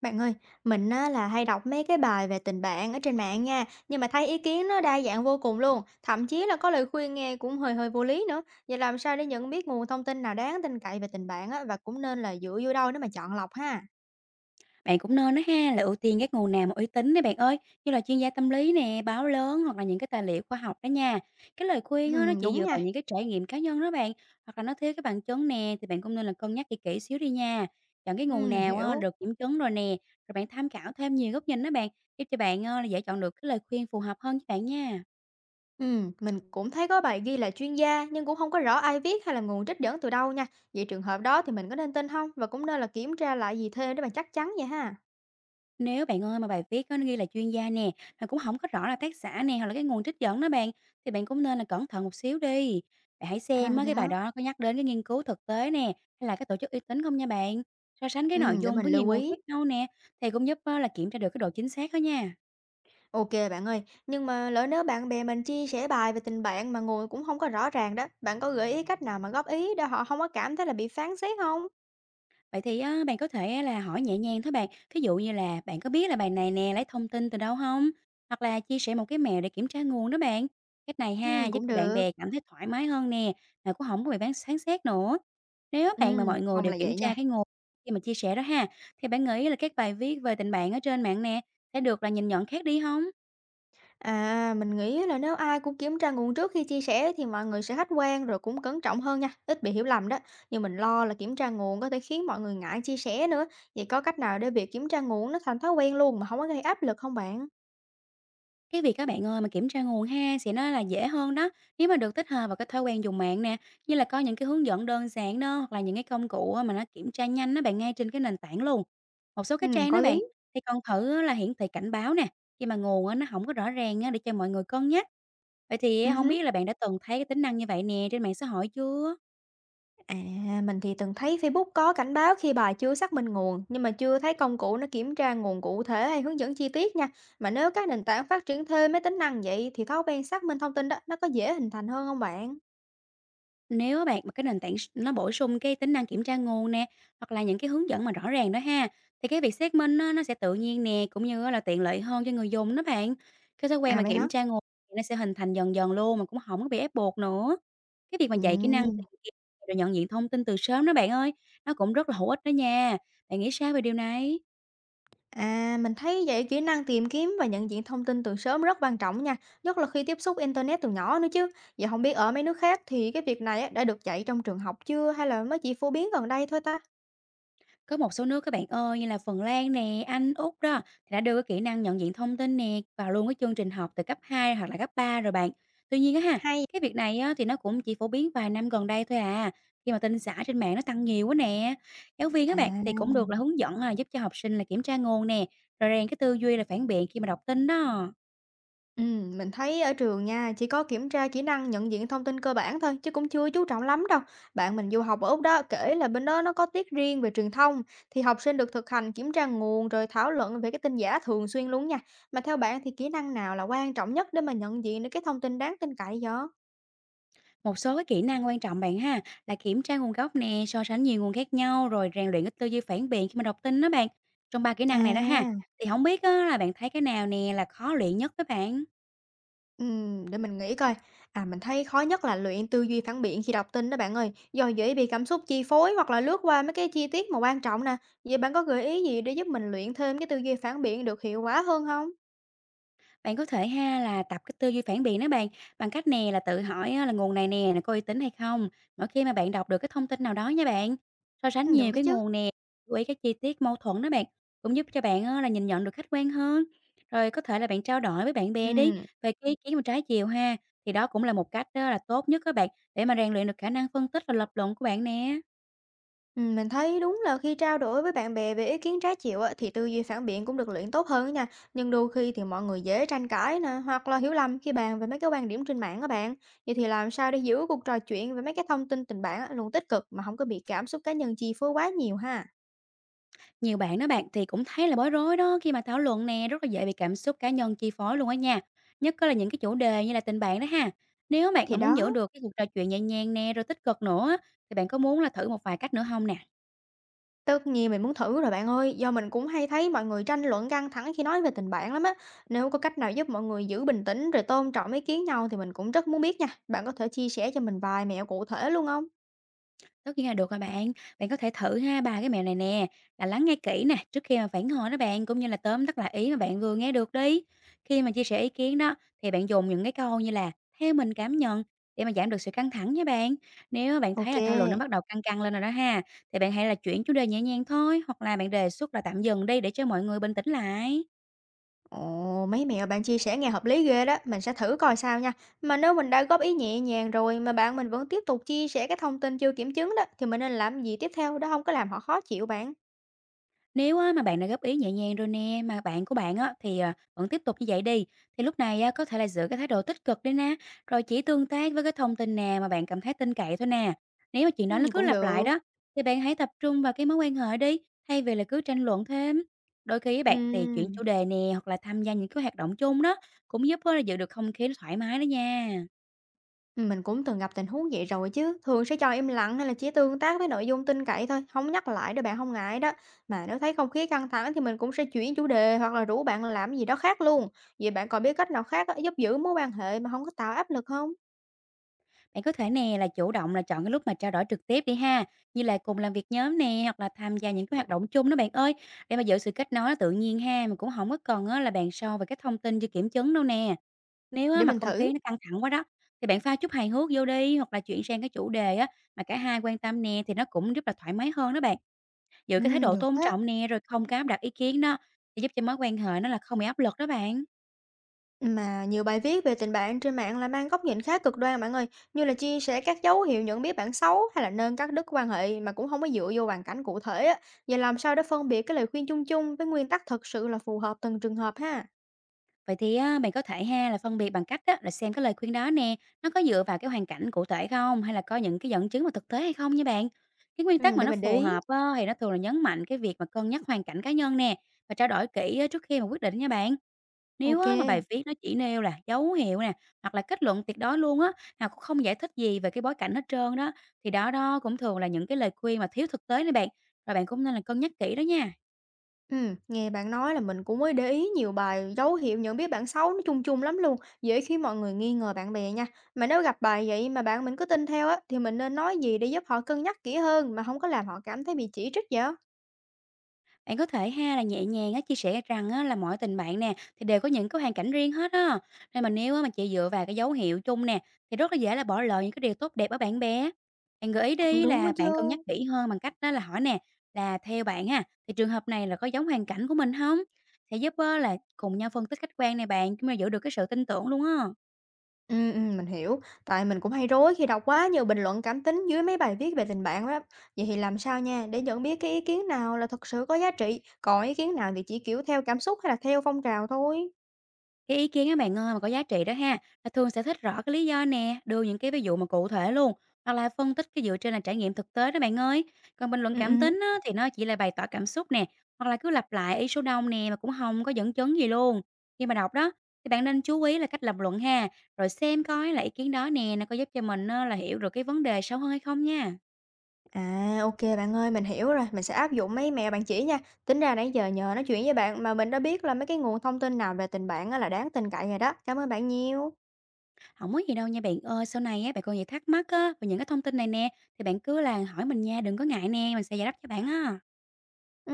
Bạn ơi, mình á, là hay đọc mấy cái bài về tình bạn ở trên mạng nha, nhưng mà thấy ý kiến nó đa dạng vô cùng luôn, thậm chí là có lời khuyên nghe cũng hơi hơi vô lý nữa. Vậy làm sao để nhận biết nguồn thông tin nào đáng tin cậy về tình bạn á, và cũng nên là dựa vô đâu để mà chọn lọc ha? Bạn cũng nên á ha, là ưu tiên các nguồn nào mà uy tín đấy bạn ơi, như là chuyên gia tâm lý nè, báo lớn hoặc là những cái tài liệu khoa học đó nha. Cái lời khuyên á, nó chỉ Đúng dựa nha. vào những cái trải nghiệm cá nhân đó bạn, hoặc là nó thiếu cái bằng chứng nè, thì bạn cũng nên là cân nhắc kỹ kỹ xíu đi nha. Chọn cái nguồn Mình nào á, hiểu. được kiểm chứng rồi nè, rồi bạn tham khảo thêm nhiều góc nhìn đó bạn, giúp cho bạn á, là dễ chọn được cái lời khuyên phù hợp hơn với bạn nha. Mình cũng thấy có bài ghi là chuyên gia nhưng cũng không có rõ ai viết hay là nguồn trích dẫn từ đâu nha. Vậy trường hợp đó thì mình có nên tin không? Và cũng nên là kiểm tra lại gì thêm để mà chắc chắn vậy ha? Nếu bạn ơi mà bài viết á, nó ghi là chuyên gia nè, mà cũng không có rõ là tác giả nè hoặc là cái nguồn trích dẫn đó bạn, thì bạn cũng nên là cẩn thận một xíu đi. Bạn hãy xem À á, vậy cái bài hả? đó có nhắc đến cái nghiên cứu thực tế nè, hay là cái tổ chức uy tín không nha bạn. So sánh cái nội Để dung mình với nhiều lưu nguồn ý. khác nhau nè, thì cũng giúp á, là kiểm tra được cái độ chính xác đó nha. OK bạn ơi, nhưng mà lỡ nếu bạn bè mình chia sẻ bài về tình bạn mà nguồn cũng không có rõ ràng đó, bạn có gợi ý cách nào mà góp ý để họ không có cảm thấy là bị phán xét không? Vậy thì á, bạn có thể á là hỏi nhẹ nhàng thôi bạn, ví dụ như là "Bạn có biết là bài này nè lấy thông tin từ đâu không? Hoặc là chia sẻ một cái mẹo để kiểm tra nguồn đó bạn." Cách này ha, giúp Cũng cho bạn được. bè cảm thấy thoải mái hơn nè, mà cũng không có bị phán xét nữa. Nếu bạn mà Ừm, mọi người mong đều là kiểm vậy nha. tra cái nguồn khi mà chia sẻ đó ha, thì bạn nghĩ là các bài viết về tình bạn ở trên mạng nè, sẽ được là nhìn nhận khác đi không? À, mình nghĩ là nếu ai cũng kiểm tra nguồn trước khi chia sẻ thì mọi người sẽ khách quan rồi cũng cẩn trọng hơn nha, ít bị hiểu lầm đó. Nhưng mình lo là kiểm tra nguồn có thể khiến mọi người ngại chia sẻ nữa, vậy có cách nào để việc kiểm tra nguồn nó thành thói quen luôn mà không có gây áp lực không bạn? Cái việc các bạn ơi, mà kiểm tra nguồn ha, sẽ nó là dễ hơn đó, nếu mà được tích hợp vào cái thói quen dùng mạng nè, như là có những cái hướng dẫn đơn giản đó, hoặc là những cái công cụ á mà nó kiểm tra nhanh á bạn, ngay trên cái nền tảng luôn. Một số cái trang Có đó bạn, lý. thì còn thử á là hiển thị cảnh báo nè, khi mà nguồn á nó không có rõ ràng á, để cho mọi người cân nhắc. Vậy thì không Ừm. biết là bạn đã từng thấy cái tính năng như vậy nè trên mạng xã hội chưa? À, mình thì từng thấy Facebook có cảnh báo khi bài chưa xác minh nguồn, nhưng mà chưa thấy công cụ nó kiểm tra nguồn cụ thể hay hướng dẫn chi tiết nha. Mà nếu các nền tảng phát triển thêm mấy tính năng vậy thì thói quen xác minh thông tin đó nó có dễ hình thành hơn không bạn? Nếu á bạn mà cái nền tảng nó bổ sung cái tính năng kiểm tra nguồn nè, hoặc là những cái hướng dẫn mà rõ ràng đó ha, thì cái việc xác minh á nó sẽ tự nhiên nè, cũng như á là tiện lợi hơn cho người dùng đó bạn. Cái thói quen À mà vậy hả? kiểm tra nguồn nó sẽ hình thành dần dần luôn mà cũng không có bị ép buộc nữa. Cái việc mà dạy kỹ năng Ừm. tìm kiếm rồi nhận diện thông tin từ sớm đó bạn ơi, nó cũng rất là hữu ích đó nha. Bạn nghĩ sao về điều này? À, mình thấy vậy kỹ năng tìm kiếm và nhận diện thông tin từ sớm rất quan trọng nha, nhất là khi tiếp xúc internet từ nhỏ nữa chứ. Vậy không biết ở mấy nước khác thì cái việc này á, đã được dạy trong trường học chưa hay là mới chỉ phổ biến gần đây thôi ta? Có một số nước các bạn ơi, như là Phần Lan nè, Anh, Úc đó, thì đã đưa cái kỹ năng nhận diện thông tin nè vào luôn cái chương trình học từ cấp 2 hoặc là cấp 3 rồi bạn. Tuy nhiên á ha, Hay. cái việc này á, thì nó cũng chỉ phổ biến vài năm gần đây thôi à, khi mà tin giả trên mạng nó tăng nhiều quá nè. Giáo viên À. các bạn thì cũng được là hướng dẫn là giúp cho học sinh là kiểm tra nguồn nè, rồi rèn cái tư duy là phản biện khi mà đọc tin đó. Mình thấy ở trường nha, chỉ có kiểm tra kỹ năng nhận diện thông tin cơ bản thôi, chứ cũng chưa chú trọng lắm đâu. Bạn mình du học ở Úc đó, kể là bên đó nó có tiết riêng về truyền thông, thì học sinh được thực hành kiểm tra nguồn rồi thảo luận về cái tin giả thường xuyên luôn nha. Mà theo bạn thì kỹ năng nào là quan trọng nhất để mà nhận diện được cái thông tin đáng tin cậy vậy? Một số cái kỹ năng quan trọng bạn ha là kiểm tra nguồn gốc nè, so sánh nhiều nguồn khác nhau rồi rèn luyện cái tư duy phản biện khi mà đọc tin đó bạn. Trong ba kỹ năng này đó ha, À. thì không biết á, là bạn thấy cái nào nè là khó luyện nhất với bạn? Để mình nghĩ coi. À, mình thấy khó nhất là luyện tư duy phản biện khi đọc tin đó bạn ơi, do dễ bị cảm xúc chi phối hoặc là lướt qua mấy cái chi tiết mà quan trọng nè. Vậy bạn có gợi ý gì để giúp mình luyện thêm cái tư duy phản biện được hiệu quả hơn không? Bạn có thể ha là tập cái tư duy phản biện đó bạn, bằng cách nè là tự hỏi á, là nguồn này nè, là có uy tín hay không? Mỗi khi mà bạn đọc được cái thông tin nào đó nha bạn. So sánh Được nhiều đó cái chứ. nguồn nè, chú ý các chi tiết mâu thuẫn đó bạn, cũng giúp cho bạn á, là nhìn nhận được khách quan hơn. Rồi có thể là bạn trao đổi với bạn bè đi Ừ. về cái ý kiến mà trái chiều ha, thì đó cũng là một cách đó là tốt nhất các bạn để mà rèn luyện được khả năng phân tích và lập luận của bạn nè. Mình thấy đúng là khi trao đổi với bạn bè về ý kiến trái chiều á, thì tư duy phản biện cũng được luyện tốt hơn á nha. Nhưng đôi khi thì mọi người dễ tranh cãi nè, hoặc là hiểu lầm khi bàn về mấy cái quan điểm trên mạng các bạn. Vậy thì làm sao để giữ cuộc trò chuyện về mấy cái thông tin tình bạn á, luôn tích cực mà không có bị cảm xúc cá nhân chi phối quá nhiều ha? Nhiều bạn đó bạn thì cũng thấy là bối rối đó khi mà thảo luận nè rất là dễ bị cảm xúc cá nhân chi phối luôn á nha. Nhất có là những cái chủ đề như là tình bạn đó ha. Nếu bạn Thì mà muốn giữ đó, được cái cuộc trò chuyện nhẹ nhàng nè rồi tích cực nữa á, thì bạn có muốn là thử một vài cách nữa không nè? tất nhiên mình muốn thử rồi bạn ơi, do mình cũng hay thấy mọi người tranh luận căng thẳng khi nói về tình bạn lắm á. Nếu có cách nào giúp mọi người giữ bình tĩnh rồi tôn trọng ý kiến nhau thì mình cũng rất muốn biết nha. Bạn có thể chia sẻ cho mình vài mẹo cụ thể luôn không? Tất nhiên là được rồi bạn. Bạn có thể thử ha 3 cái mẹo này nè, là lắng nghe kỹ nè, trước khi mà phản hồi đó bạn, cũng như là tóm tắt lại ý mà bạn vừa nghe được đi. Khi mà chia sẻ ý kiến đó, thì bạn dùng những cái câu như là "theo mình cảm nhận" để mà giảm được sự căng thẳng nha bạn. Nếu mà bạn thấy Ok. là thảo luận nó bắt đầu căng căng lên rồi đó ha, thì bạn hãy là chuyển chủ đề nhẹ nhàng thôi, hoặc là bạn đề xuất là tạm dừng đi để cho mọi người bình tĩnh lại. Ồ, mấy mẹo bạn chia sẻ nghe hợp lý ghê đó, mình sẽ thử coi sao nha. Mà nếu mình đã góp ý nhẹ nhàng rồi mà bạn mình vẫn tiếp tục chia sẻ cái thông tin chưa kiểm chứng đó, thì mình nên làm gì tiếp theo đó không có làm họ khó chịu bạn? Nếu á mà bạn đã góp ý nhẹ nhàng rồi nè, mà bạn của bạn á thì, vẫn tiếp tục như vậy đi, thì lúc này á có thể là giữ cái thái độ tích cực đi nè, rồi chỉ tương tác với cái thông tin nào mà bạn cảm thấy tin cậy thôi nè. Nếu mà chuyện đó Ừ, nó cứ cũng lặp lại được. đó, thì bạn hãy tập trung vào cái mối quan hệ đi, thay vì là cứ tranh luận thêm. Đôi khi á bạn thì chuyển chủ Ừ, đề nè, hoặc là tham gia những cái hoạt động chung đó, cũng giúp á là giữ được không khí nó thoải mái đó nha. mình cũng từng gặp tình huống vậy rồi chứ. Thường sẽ cho im lặng hay là chỉ tương tác với nội dung tin cậy thôi, không nhắc lại để bạn không ngại đó. Mà nếu thấy không khí căng thẳng thì mình cũng sẽ chuyển chủ đề hoặc là rủ bạn làm gì đó khác luôn. Vậy bạn còn biết cách nào khác á, giúp giữ mối quan hệ mà không có tạo áp lực không? Bạn có thể nè là chủ động là chọn cái lúc mà trao đổi trực tiếp đi ha, như là cùng làm việc nhóm nè hoặc là tham gia những cái hoạt động chung đó bạn ơi, để mà giữ sự kết nối nó tự nhiên ha, mà cũng không có cần á, là bạn sâu về cái thông tin chưa kiểm chứng đâu nè. Nếu á, Để mà mình không thử. khí nó căng thẳng quá đó thì bạn pha chút hài hước vô đi hoặc là chuyển sang cái chủ đề á mà cả hai quan tâm nè thì nó cũng rất là thoải mái hơn đó bạn. Giữ Ừ, cái thái độ được tôn á. trọng nè rồi không có áp đặt ý kiến đó thì giúp cho mối quan hệ nó là không bị áp lực đó bạn. Mà nhiều bài viết về tình bạn trên mạng là mang góc nhìn khá cực đoan bạn ơi, như là chia sẻ các dấu hiệu nhận biết bạn xấu hay là nâng các đức quan hệ mà cũng không có dựa vô hoàn cảnh cụ thể á. Vậy làm sao để phân biệt cái lời khuyên chung chung với nguyên tắc thật sự là phù hợp từng trường hợp ha? Vậy thì á, bạn có thể ha là phân biệt bằng cách á, là xem cái lời khuyên đó nè, nó có dựa vào cái hoàn cảnh cụ thể không hay là có những cái dẫn chứng mà thực tế hay không nha bạn. Cái nguyên tắc Ừ, mà để nó mình để phù ý. hợp á, thì nó thường là nhấn mạnh cái việc mà cân nhắc hoàn cảnh cá nhân nè và trao đổi kỹ á, trước khi mà quyết định nha bạn. Nếu Ok. á, mà bài viết nó chỉ nêu là dấu hiệu nè hoặc là kết luận tuyệt đối luôn á, nào cũng không giải thích gì về cái bối cảnh hết trơn đó, thì đó đó cũng thường là những cái lời khuyên mà thiếu thực tế nè bạn. Rồi bạn cũng nên là cân nhắc kỹ đó nha. Ừ, nghe bạn nói là mình cũng mới để ý nhiều bài dấu hiệu nhận biết bạn xấu nó chung chung lắm luôn, dễ khiến mọi người nghi ngờ bạn bè nha. Mà nếu gặp bài vậy mà bạn mình cứ tin theo á, thì mình nên nói gì để giúp họ cân nhắc kỹ hơn mà không có làm họ cảm thấy bị chỉ trích vậy? Bạn có thể ha là nhẹ nhàng á, chia sẻ rằng á, là mỗi tình bạn nè thì đều có những cái hoàn cảnh riêng hết á. Nên mà nếu á, mà chị dựa vào cái dấu hiệu chung nè thì rất là dễ là bỏ lỡ những cái điều tốt đẹp ở bạn bè. Bạn gợi ý Cũng đi đúng đó là bạn cân chứ. nhắc kỹ hơn bằng cách đó là hỏi nè, là theo bạn ha thì trường hợp này là có giống hoàn cảnh của mình không? Sẽ giúp á, là cùng nhau phân tích khách quan này bạn, chúng ta giữ được cái sự tin tưởng luôn á. Mình hiểu, tại mình cũng hay rối khi đọc quá nhiều bình luận cảm tính dưới mấy bài viết về tình bạn đó. Vậy thì làm sao nha để nhận biết cái ý kiến nào là thật sự có giá trị, còn ý kiến nào thì chỉ, kiểu, theo cảm xúc hay là theo phong trào thôi? Cái ý kiến á bạn ơi mà có giá trị đó ha, là thường sẽ thích rõ cái lý do nè, đưa những cái ví dụ mà cụ thể luôn, hoặc là phân tích cái dựa trên là trải nghiệm thực tế đó bạn ơi. Còn bình luận Ừ, cảm ừm. tính á, thì nó chỉ là bày tỏ cảm xúc nè, hoặc là cứ lặp lại ý số đông nè mà cũng không có dẫn chứng gì luôn. Khi mà đọc đó thì bạn nên chú ý là cách lập luận ha, rồi xem coi là ý kiến đó nè nó có giúp cho mình á, là hiểu được cái vấn đề sâu hơn hay không nha. À, ok bạn ơi, mình hiểu rồi, mình sẽ áp dụng mấy mẹo bạn chỉ nha. Tính ra nãy giờ nhờ nói chuyện với bạn mà mình đã biết là mấy cái nguồn thông tin nào về tình bạn á là đáng tin cậy rồi đó. Cảm ơn bạn nhiều. Không có gì đâu nha bạn ơi, sau này á bạn còn gì thắc mắc á về những cái thông tin này nè thì bạn cứ là hỏi mình nha, đừng có ngại nè, mình sẽ giải đáp cho bạn á. Ừm.